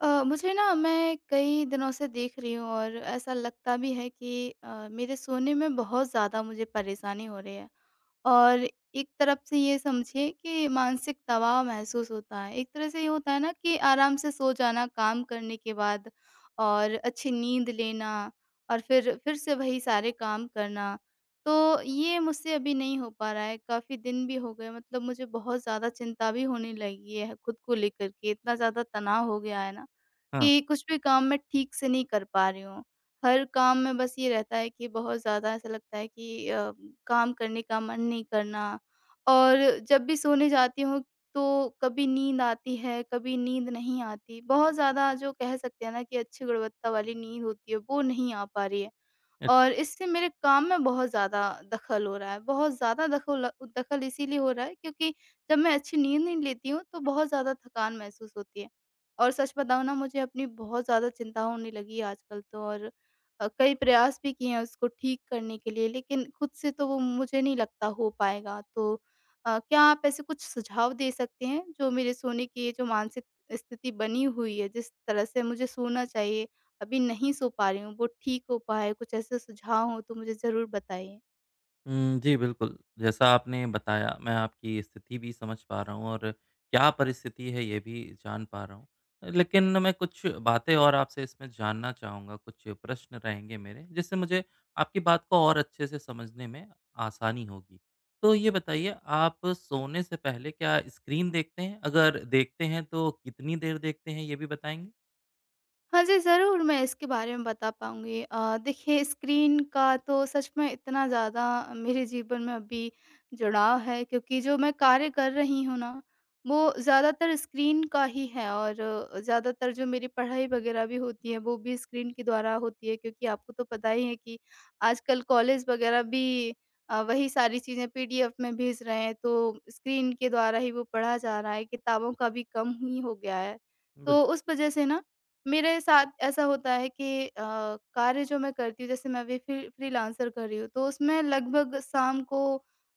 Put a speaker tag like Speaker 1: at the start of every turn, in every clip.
Speaker 1: मुझे ना मैं कई दिनों से देख रही हूँ और ऐसा लगता भी है कि मेरे सोने में बहुत ज़्यादा मुझे परेशानी हो रही है और एक तरफ से ये समझिए कि मानसिक दबाव महसूस होता है। एक तरह से ये होता है ना कि आराम से सो जाना काम करने के बाद और अच्छी नींद लेना और फिर से वही सारे काम करना। तो ये मुझसे अभी नहीं हो पा रहा है, काफ़ी दिन भी हो गए, मतलब मुझे बहुत ज़्यादा चिंता भी होने लगी है खुद को लेकर के, इतना ज़्यादा तनाव हो गया है ना
Speaker 2: हाँ,
Speaker 1: कि कुछ भी काम मैं ठीक से नहीं कर पा रही हूँ। हर काम में बस ये रहता है कि बहुत ज़्यादा ऐसा लगता है कि काम करने का मन नहीं करना, और जब भी सोने जाती हूँ तो कभी नींद आती है, कभी नींद नहीं आती। बहुत ज़्यादा जो कह सकते हैं ना कि अच्छी गुणवत्ता वाली नींद होती है, वो नहीं आ पा रही है।
Speaker 2: अच्छा।
Speaker 1: और इससे मेरे काम में बहुत ज़्यादा दखल हो रहा है। बहुत ज़्यादा दखुल दखल इसीलिए हो रहा है क्योंकि जब मैं अच्छी नींद नहीं लेती हूँ तो बहुत ज़्यादा थकान महसूस होती है। और सच बताऊँ ना, मुझे अपनी बहुत ज़्यादा चिंता होने लगी है आजकल तो, और कई प्रयास भी किए हैं उसको ठीक करने के लिए, लेकिन खुद से तो वो मुझे नहीं लगता हो पाएगा। तो क्या आप ऐसे कुछ सुझाव दे सकते हैं जो मेरे सोने की ये जो मानसिक स्थिति बनी हुई है, जिस तरह से मुझे सोना चाहिए अभी नहीं सो पा रही हूँ, वो ठीक हो पाए, कुछ ऐसे सुझाव हो तो मुझे ज़रूर बताइए।
Speaker 2: जी, बिल्कुल, जैसा आपने बताया मैं आपकी स्थिति भी समझ पा रहा हूँ और क्या परिस्थिति है ये भी जान पा रहा हूँ। लेकिन मैं कुछ बातें और आपसे इसमें जानना चाहूँगा, कुछ प्रश्न रहेंगे मेरे, जिससे मुझे आपकी बात को और अच्छे से समझने में आसानी होगी। तो ये बताइए, आप सोने से पहले क्या स्क्रीन देखते हैं? अगर देखते हैं तो कितनी देर देखते हैं, ये भी बताएँगे?
Speaker 1: हाँ जी, ज़रूर मैं इसके बारे में बता पाऊँगी। देखिए, स्क्रीन का तो सच में इतना ज़्यादा मेरे जीवन में अभी जुड़ाव है क्योंकि जो मैं कार्य कर रही हूँ ना, वो ज़्यादातर स्क्रीन का ही है, और ज़्यादातर जो मेरी पढ़ाई वग़ैरह भी होती है, वो भी स्क्रीन के द्वारा होती है, क्योंकि आपको तो पता ही है कि आजकल कॉलेज वग़ैरह भी वही सारी चीज़ें पीडीएफ में भेज रहे हैं, तो स्क्रीन के द्वारा ही वो पढ़ा जा रहा है, किताबों का भी कम ही हो गया है।
Speaker 2: बिल
Speaker 1: तो उस वज़ह से ना मेरे साथ ऐसा होता है कि कार्य जो मैं करती हूँ, जैसे मैं अभी फ्रीलांसर कर रही हूँ, तो उसमें लगभग शाम को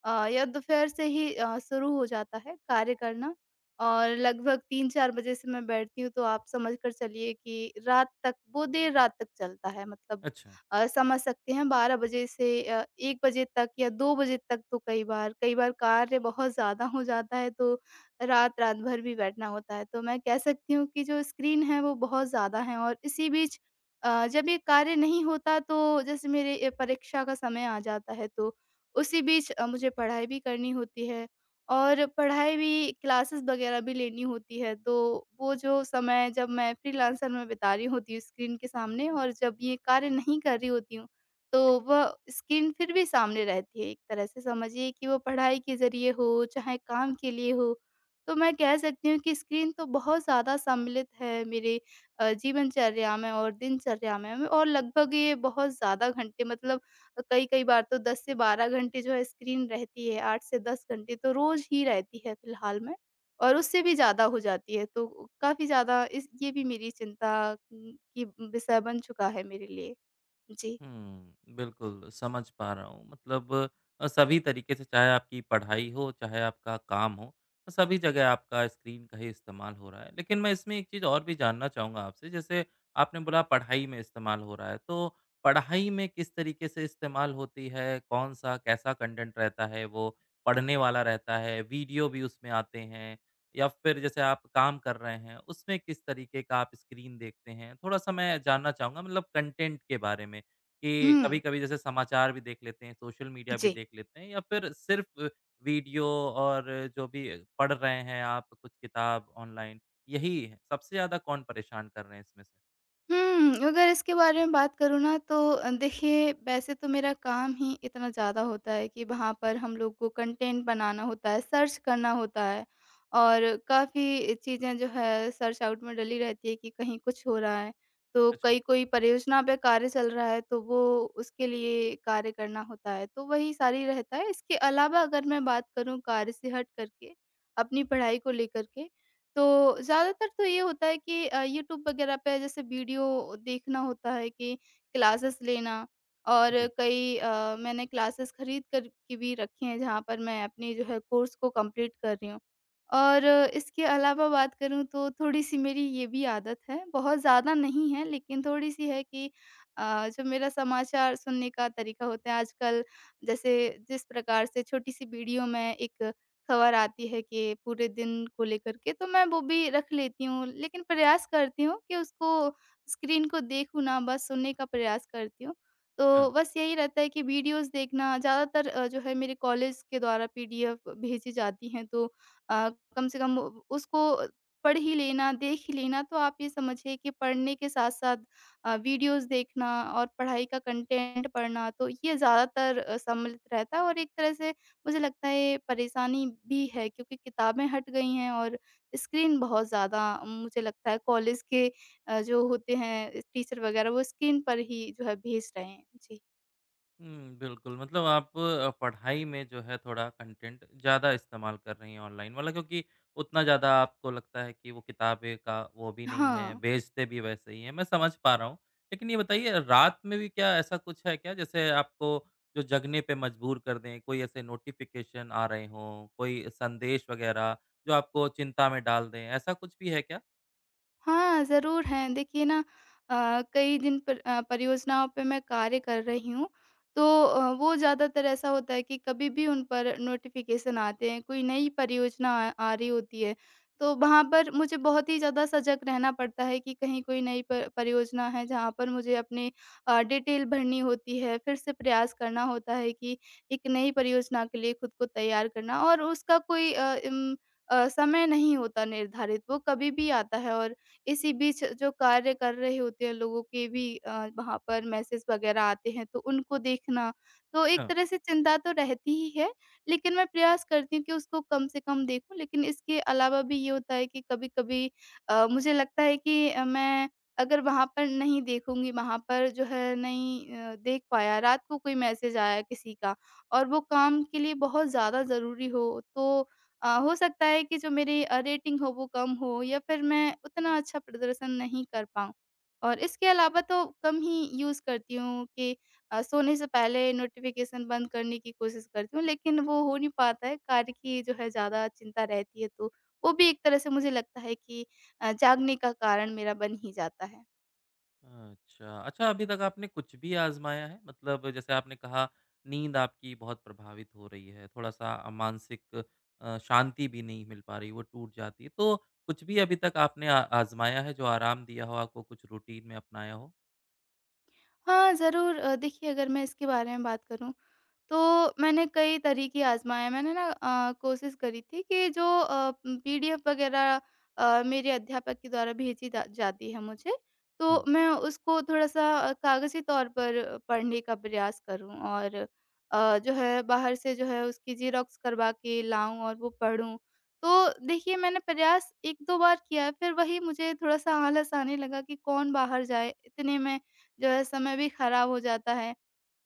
Speaker 1: या दोपहर से ही शुरू हो जाता है कार्य करना, और लगभग 3-4 बजे से मैं बैठती हूँ तो आप समझ कर चलिए कि रात तक, वो देर रात तक चलता है, मतलब
Speaker 2: अच्छा।
Speaker 1: समझ सकते हैं 12 बजे से 1 बजे तक या 2 बजे तक। तो कई बार कार्य बहुत ज़्यादा हो जाता है तो रात भर भी बैठना होता है। तो मैं कह सकती हूँ कि जो स्क्रीन है वो बहुत ज़्यादा है, और इसी बीच जब ये कार्य नहीं होता तो जैसे मेरे परीक्षा का समय आ जाता है तो उसी बीच मुझे पढ़ाई भी करनी होती है, और पढ़ाई भी, क्लासेस वगैरह भी लेनी होती है। तो वो जो समय जब मैं फ्रीलांसर में बिता रही होती हूँ स्क्रीन के सामने, और जब ये कार्य नहीं कर रही होती हूँ, तो वह स्क्रीन फिर भी सामने रहती है। एक तरह से समझिए कि वो पढ़ाई के ज़रिए हो, चाहे काम के लिए हो, तो मैं कह सकती हूँ कि स्क्रीन तो बहुत ज़्यादा सम्मिलित है मेरे जीवनचर्या में और दिनचर्या में, और लगभग ये बहुत ज़्यादा घंटे, मतलब कई कई बार तो 10 से 12 घंटे जो है स्क्रीन रहती है, 8 से 10 घंटे तो रोज़ ही रहती है फ़िलहाल में, और उससे भी ज़्यादा हो जाती है, तो काफ़ी ज़्यादा इस ये भी मेरी चिंता की विषय बन चुका है मेरे लिए। जी।
Speaker 2: बिल्कुल समझ पा रहा हूँ। मतलब सभी तरीके से, चाहे आपकी पढ़ाई हो, चाहे आपका काम हो, सभी जगह आपका स्क्रीन का ही इस्तेमाल हो रहा है। लेकिन मैं इसमें एक चीज़ और भी जानना चाहूँगा आपसे। जैसे आपने बोला पढ़ाई में इस्तेमाल हो रहा है, तो पढ़ाई में किस तरीके से इस्तेमाल होती है? कौन-सा, कैसा कंटेंट रहता है वो? पढ़ने वाला रहता है, वीडियो भी उसमें आते हैं, या फिर जैसे आप काम कर रहे हैं, उसमें किस तरीके का आप स्क्रीन देखते हैं? थोड़ा-सा मैं जानना चाहूँगा, मतलब कंटेंट के बारे में। कि
Speaker 1: हुँ।
Speaker 2: कभी-कभी जैसे समाचार भी देख लेते हैं, सोशल मीडिया भी
Speaker 1: जी।
Speaker 2: देख लेते हैं, या फिर सिर्फ़ वीडियो, और जो भी पढ़ रहे हैं आप, कुछ किताब ऑनलाइन, यही है सबसे ज़्यादा कौन परेशान कर रहे हैं इसमें से?
Speaker 1: अगर इसके बारे में बात करूँ ना तो देखिए, वैसे तो मेरा काम ही इतना ज़्यादा होता है कि वहाँ पर हम लोग को कंटेंट बनाना होता है, सर्च करना होता है, और काफ़ी चीज़ें जो है सर्च आउट में डली रहती है कि कहीं कुछ हो रहा है। तो
Speaker 2: अच्छा।
Speaker 1: कई कोई परियोजना पे कार्य चल रहा है तो वो उसके लिए कार्य करना होता है, तो वही सारी रहता है। इसके अलावा अगर मैं बात करूँ कार्य से हट कर के, अपनी पढ़ाई को लेकर के, तो ज़्यादातर तो ये होता है कि यूट्यूब वगैरह पे जैसे वीडियो देखना होता है कि क्लासेस लेना, और
Speaker 2: जी।
Speaker 1: मैंने क्लासेस खरीद कर के भी रखे हैं जहाँ पर मैं अपनी जो है कोर्स को कंप्लीट कर रही हूँ। और इसके अलावा बात करूँ तो थोड़ी-सी मेरी ये भी आदत है, बहुत ज़्यादा नहीं है लेकिन थोड़ी-सी है कि जो मेरा समाचार सुनने का तरीका होता है आजकल, जैसे जिस प्रकार से छोटी-सी वीडियो में एक खबर आती है कि पूरे दिन को लेकर के, तो मैं वो भी रख लेती हूँ। लेकिन प्रयास करती हूँ कि उसको, स्क्रीन को देखूँ ना, बस सुनने का प्रयास करती हूँ। तो
Speaker 2: हाँ।
Speaker 1: बस यही रहता है कि वीडियोज़ देखना ज़्यादातर, जो है मेरे कॉलेज के द्वारा पीडीएफ भेजी जाती हैं, तो अ, कम से कम उ उसको पढ़ ही लेना, देख ही लेना, तो आप ये समझिए कि पढ़ने के साथ-साथ वीडियोज़ देखना और पढ़ाई का कंटेंट पढ़ना, तो ये ज़्यादातर सम्मिलित रहता है, और एक तरह से मुझे लगता है ये परेशानी भी है क्योंकि किताबें हट गई हैं और स्क्रीन बहुत ज़्यादा, मुझे लगता है कॉलेज के जो होते हैं टीचर वगैरह, वो स्क्रीन पर ही जो है भेज रहे हैं। जी।
Speaker 2: हुँ, बिल्कुल। मतलब आप पढ़ाई में जो है थोड़ा कंटेंट ज़्यादा इस्तेमाल कर रही हैं ऑनलाइन वाला, क्योंकि उतना ज़्यादा आपको लगता है कि वो किताबें का वो भी नहीं है,
Speaker 1: हाँ।
Speaker 2: बेचते भी वैसे ही हैं, मैं समझ पा रहा हूँ। लेकिन ये बताइए, रात में भी क्या ऐसा कुछ है क्या, जैसे आपको जो जगने पे मजबूर कर दें, कोई ऐसे नोटिफ़िकेशन आ रहे हों, कोई संदेश वगैरह जो आपको चिंता में डाल दें, ऐसा कुछ भी है क्या?
Speaker 1: हाँ, ज़रूर हैं। देखिए ना, कई जिन पर परियोजनाओं पे मैं कार्य कर रही हूँ, तो वो ज़्यादातर ऐसा होता है कि कभी भी उन पर नोटिफ़िकेशन आते हैं, कोई नई परियोजना आ आ रही होती है। तो वहाँ पर मुझे बहुत ही ज़्यादा सजग रहना पड़ता है कि कहीं कोई नई प परियोजना है, जहाँ पर मुझे अपनी डिटेल भरनी होती है, फिर से प्रयास करना होता है कि एक नई परियोजना के लिए खुद को तैयार करना, और उसका कोई समय नहीं होता निर्धारित, वो कभी भी आता है, और इसी बीच जो कार्य कर रहे होते हैं लोगों के भी वहाँ पर मैसेज वगैरह आते हैं तो उनको देखना, तो एक तरह से चिंता तो रहती ही है, लेकिन मैं प्रयास करती हूँ कि उसको कम से कम देखूँ। लेकिन इसके अलावा भी ये होता है कि कभी-कभी मुझे लगता है कि मैं अगर वहाँ पर नहीं देखूँगी, वहाँ पर जो है नहीं देख पाया, रात को कोई मैसेज आया किसी का और वो काम के लिए बहुत ज़्यादा ज़रूरी हो, तो हो सकता है कि जो मेरी रेटिंग हो वो कम हो, या फिर मैं उतना अच्छा प्रदर्शन नहीं कर पाऊँ। और इसके अलावा तो कम ही यूज़ करती हूँ कि सोने से पहले नोटिफ़िकेशन बंद करने की कोशिश करती हूँ, लेकिन वो हो नहीं पाता है, कार्य की जो है ज़्यादा चिंता रहती है, तो वो भी एक तरह से मुझे लगता है कि जागने का कारण मेरा बन ही जाता है।
Speaker 2: अच्छा। अच्छा, अभी तक आपने कुछ भी आज़माया है? मतलब जैसे आपने कहा नींद आपकी बहुत प्रभावित हो रही है, थोड़ा-सा मानसिक शांति भी नहीं मिल पा रही, वो टूट जाती है। तो कुछ भी अभी तक आपने आ आज़माया है जो आराम दिया हो आपको, कुछ रूटीन में अपनाया हो?
Speaker 1: हाँ, ज़रूर। देखिए, अगर मैं इसके बारे में बात करूँ तो मैंने कई तरीके आज़माए। मैंने ना कोशिश करी थी कि जो पीडीएफ वगैरह मेरे अध्यापक के द्वारा भेजी जा जाती है मुझे,
Speaker 2: हुँ।
Speaker 1: तो मैं उसको थोड़ा-सा कागज़ी तौर पर पढ़ने का प्रयास करूँ, और जो है बाहर से जो है उसकी ज़ेरॉक्स करवा के लाऊँ और वो पढूँ। तो देखिए मैंने प्रयास 1-2 बार किया है, फिर वही मुझे थोड़ा-सा आलस आने लगा कि कौन बाहर जाए, इतने में जो है समय भी खराब हो जाता है।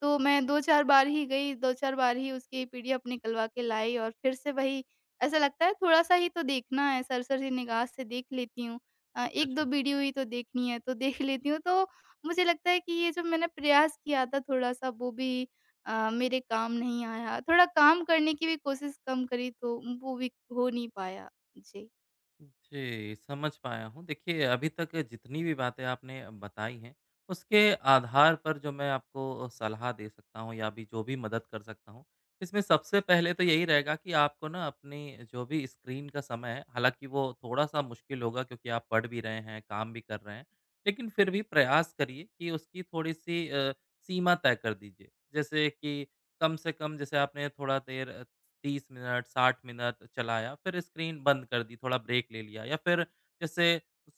Speaker 1: तो मैं 2-4 बार ही गई, 2-4 बार ही उसकी पीडीएफ निकलवा के लाई, और फिर से वही, ऐसा लगता है थोड़ा-सा ही तो देखना है, सरसरी निगाह से देख लेती हूँ। 1-2
Speaker 2: अच्छा।
Speaker 1: वीडियो ही तो देखनी है, तो देख लेती हूँ। तो मुझे लगता है कि ये जो मैंने प्रयास किया था थोड़ा-सा, वो भी मेरे काम नहीं आया। थोड़ा काम करने की भी कोशिश कम करी तो वो भी हो नहीं पाया। जी।
Speaker 2: जी, समझ पाया हूँ। देखिए, अभी तक जितनी भी बातें आपने बताई हैं, उसके आधार पर जो मैं आपको सलाह दे सकता हूँ या अभी जो भी मदद कर सकता हूँ, इसमें सबसे पहले तो यही रहेगा कि आपको ना अपनी जो भी स्क्रीन का समय है, हालाँकि वो थोड़ा-सा मुश्किल होगा क्योंकि आप पढ़ भी रहे हैं, काम भी कर रहे हैं, लेकिन फिर भी प्रयास करिए कि उसकी थोड़ी-सी सीमा तय कर दीजिए। जैसे कि कम से कम जैसे आपने थोड़ा देर 30 मिनट, 60 मिनट चलाया, फिर स्क्रीन बंद कर दी, थोड़ा ब्रेक ले लिया, या फिर जैसे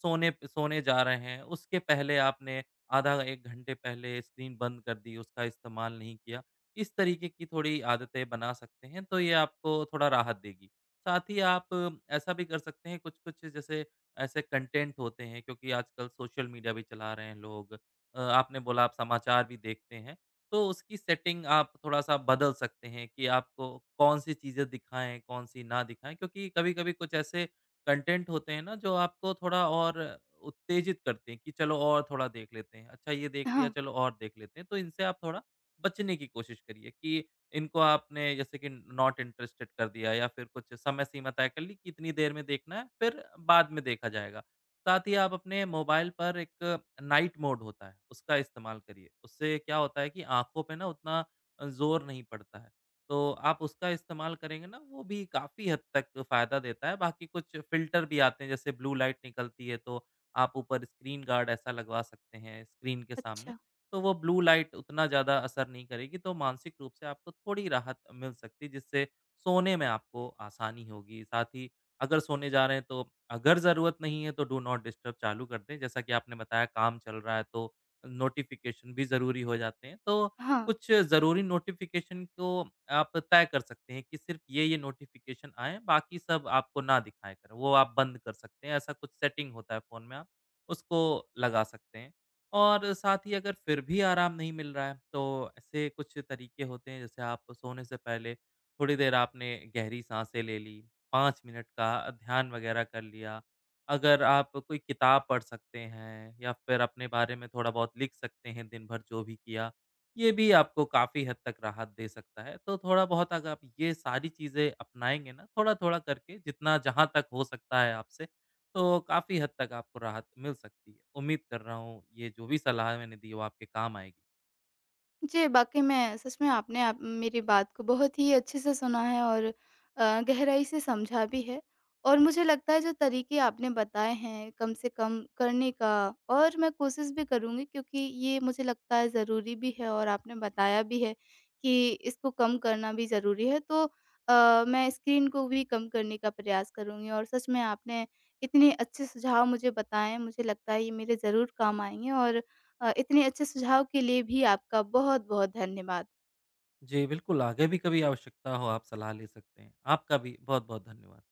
Speaker 2: सोने सोने जा रहे हैं, उसके पहले आपने आधा 1 घंटे पहले स्क्रीन बंद कर दी, उसका इस्तेमाल नहीं किया। इस तरीके की थोड़ी आदतें बना सकते हैं, तो ये आपको थोड़ा राहत देगी। साथ ही आप ऐसा भी कर सकते हैं, कुछ-कुछ जैसे ऐसे कंटेंट होते हैं क्योंकि आजकल सोशल मीडिया भी चला रहे हैं लोग। आपने बोला आप समाचार भी देखते हैं, तो उसकी सेटिंग आप थोड़ा-सा बदल सकते हैं कि आपको कौन-सी चीज़ें दिखाएँ, कौन-सी ना दिखाएँ, क्योंकि कभी-कभी कुछ ऐसे कंटेंट होते हैं ना जो आपको थोड़ा और उत्तेजित करते हैं कि चलो और थोड़ा देख लेते हैं। अच्छा, ये देख
Speaker 1: हाँ,
Speaker 2: लिया, चलो और देख लेते हैं। तो इनसे आप थोड़ा बचने की कोशिश करिए, कि इनको आपने जैसे कि नॉट इंटरेस्टेड कर दिया या फिर कुछ समय सीमा तय कर ली कि इतनी देर में देखना है, फिर बाद में देखा जाएगा। साथ ही आप अपने मोबाइल पर, एक नाइट मोड होता है, उसका इस्तेमाल करिए। उससे क्या होता है कि आँखों पे ना उतना ज़ोर नहीं पड़ता है। तो आप उसका इस्तेमाल करेंगे ना, वो भी काफ़ी हद तक फ़ायदा देता है। बाकी कुछ फ़िल्टर भी आते हैं, जैसे ब्लू लाइट निकलती है, तो आप ऊपर स्क्रीन गार्ड ऐसा लगवा सकते हैं स्क्रीन के सामने।
Speaker 1: अच्छा।
Speaker 2: तो वो ब्लू लाइट उतना ज़्यादा असर नहीं करेगी, तो मानसिक रूप से आपको थोड़ी राहत मिल सकती है, जिससे सोने में आपको आसानी होगी। साथ ही अगर सोने जा रहे हैं, तो अगर ज़रूरत नहीं है तो डू नॉट डिस्टर्ब चालू कर दें। जैसा कि आपने बताया काम चल रहा है, तो नोटिफ़िकेशन भी ज़रूरी हो जाते हैं। तो
Speaker 1: हाँ।
Speaker 2: कुछ ज़रूरी नोटिफ़िकेशन को आप तय कर सकते हैं कि सिर्फ़ ये-ये नोटिफ़िकेशन आएँ, बाकी सब आपको ना दिखाया करें, वो आप बंद कर सकते हैं। ऐसा कुछ सेटिंग होता है फ़ोन में, आप उसको लगा सकते हैं। और साथ ही अगर फिर भी आराम नहीं मिल रहा है, तो ऐसे कुछ तरीके होते हैं, जैसे आप सोने से पहले थोड़ी देर आपने गहरी साँसें ले ली, 5 मिनट का ध्यान वगैरह कर लिया। अगर आप कोई किताब पढ़ सकते हैं, या फिर अपने बारे में थोड़ा बहुत लिख सकते हैं, दिन भर जो भी किया, ये भी आपको काफ़ी हद तक राहत दे सकता है। तो थोड़ा बहुत अगर आप ये सारी चीज़ें अपनाएँगे ना, थोड़ा-थोड़ा करके, जितना जहाँ तक हो सकता है आपसे, तो काफ़ी हद तक आपको राहत मिल सकती है। उम्मीद कर रहा हूँ ये जो भी सलाह मैंने दी वो आपके काम आएगी।
Speaker 1: जी, वाक़ई में सच में आपने आप मेरी बात को बहुत ही अच्छे से सुना है, और गहराई से समझा भी है। और मुझे लगता है जो तरीके आपने बताए हैं कम से कम करने का, और मैं कोशिश भी करूँगी क्योंकि ये मुझे लगता है ज़रूरी भी है, और आपने बताया भी है कि इसको कम करना भी ज़रूरी है। तो मैं स्क्रीन को भी कम करने का प्रयास करूँगी, और सच में आपने इतने अच्छे सुझाव मुझे बताएँ, मुझे लगता है ये मेरे ज़रूर काम आएँगे, और इतने अच्छे सुझाव के लिए भी आपका बहुत-बहुत धन्यवाद।
Speaker 2: जी, बिल्कुल, आगे भी कभी आवश्यकता हो आप सलाह ले सकते हैं। आपका भी बहुत-बहुत धन्यवाद।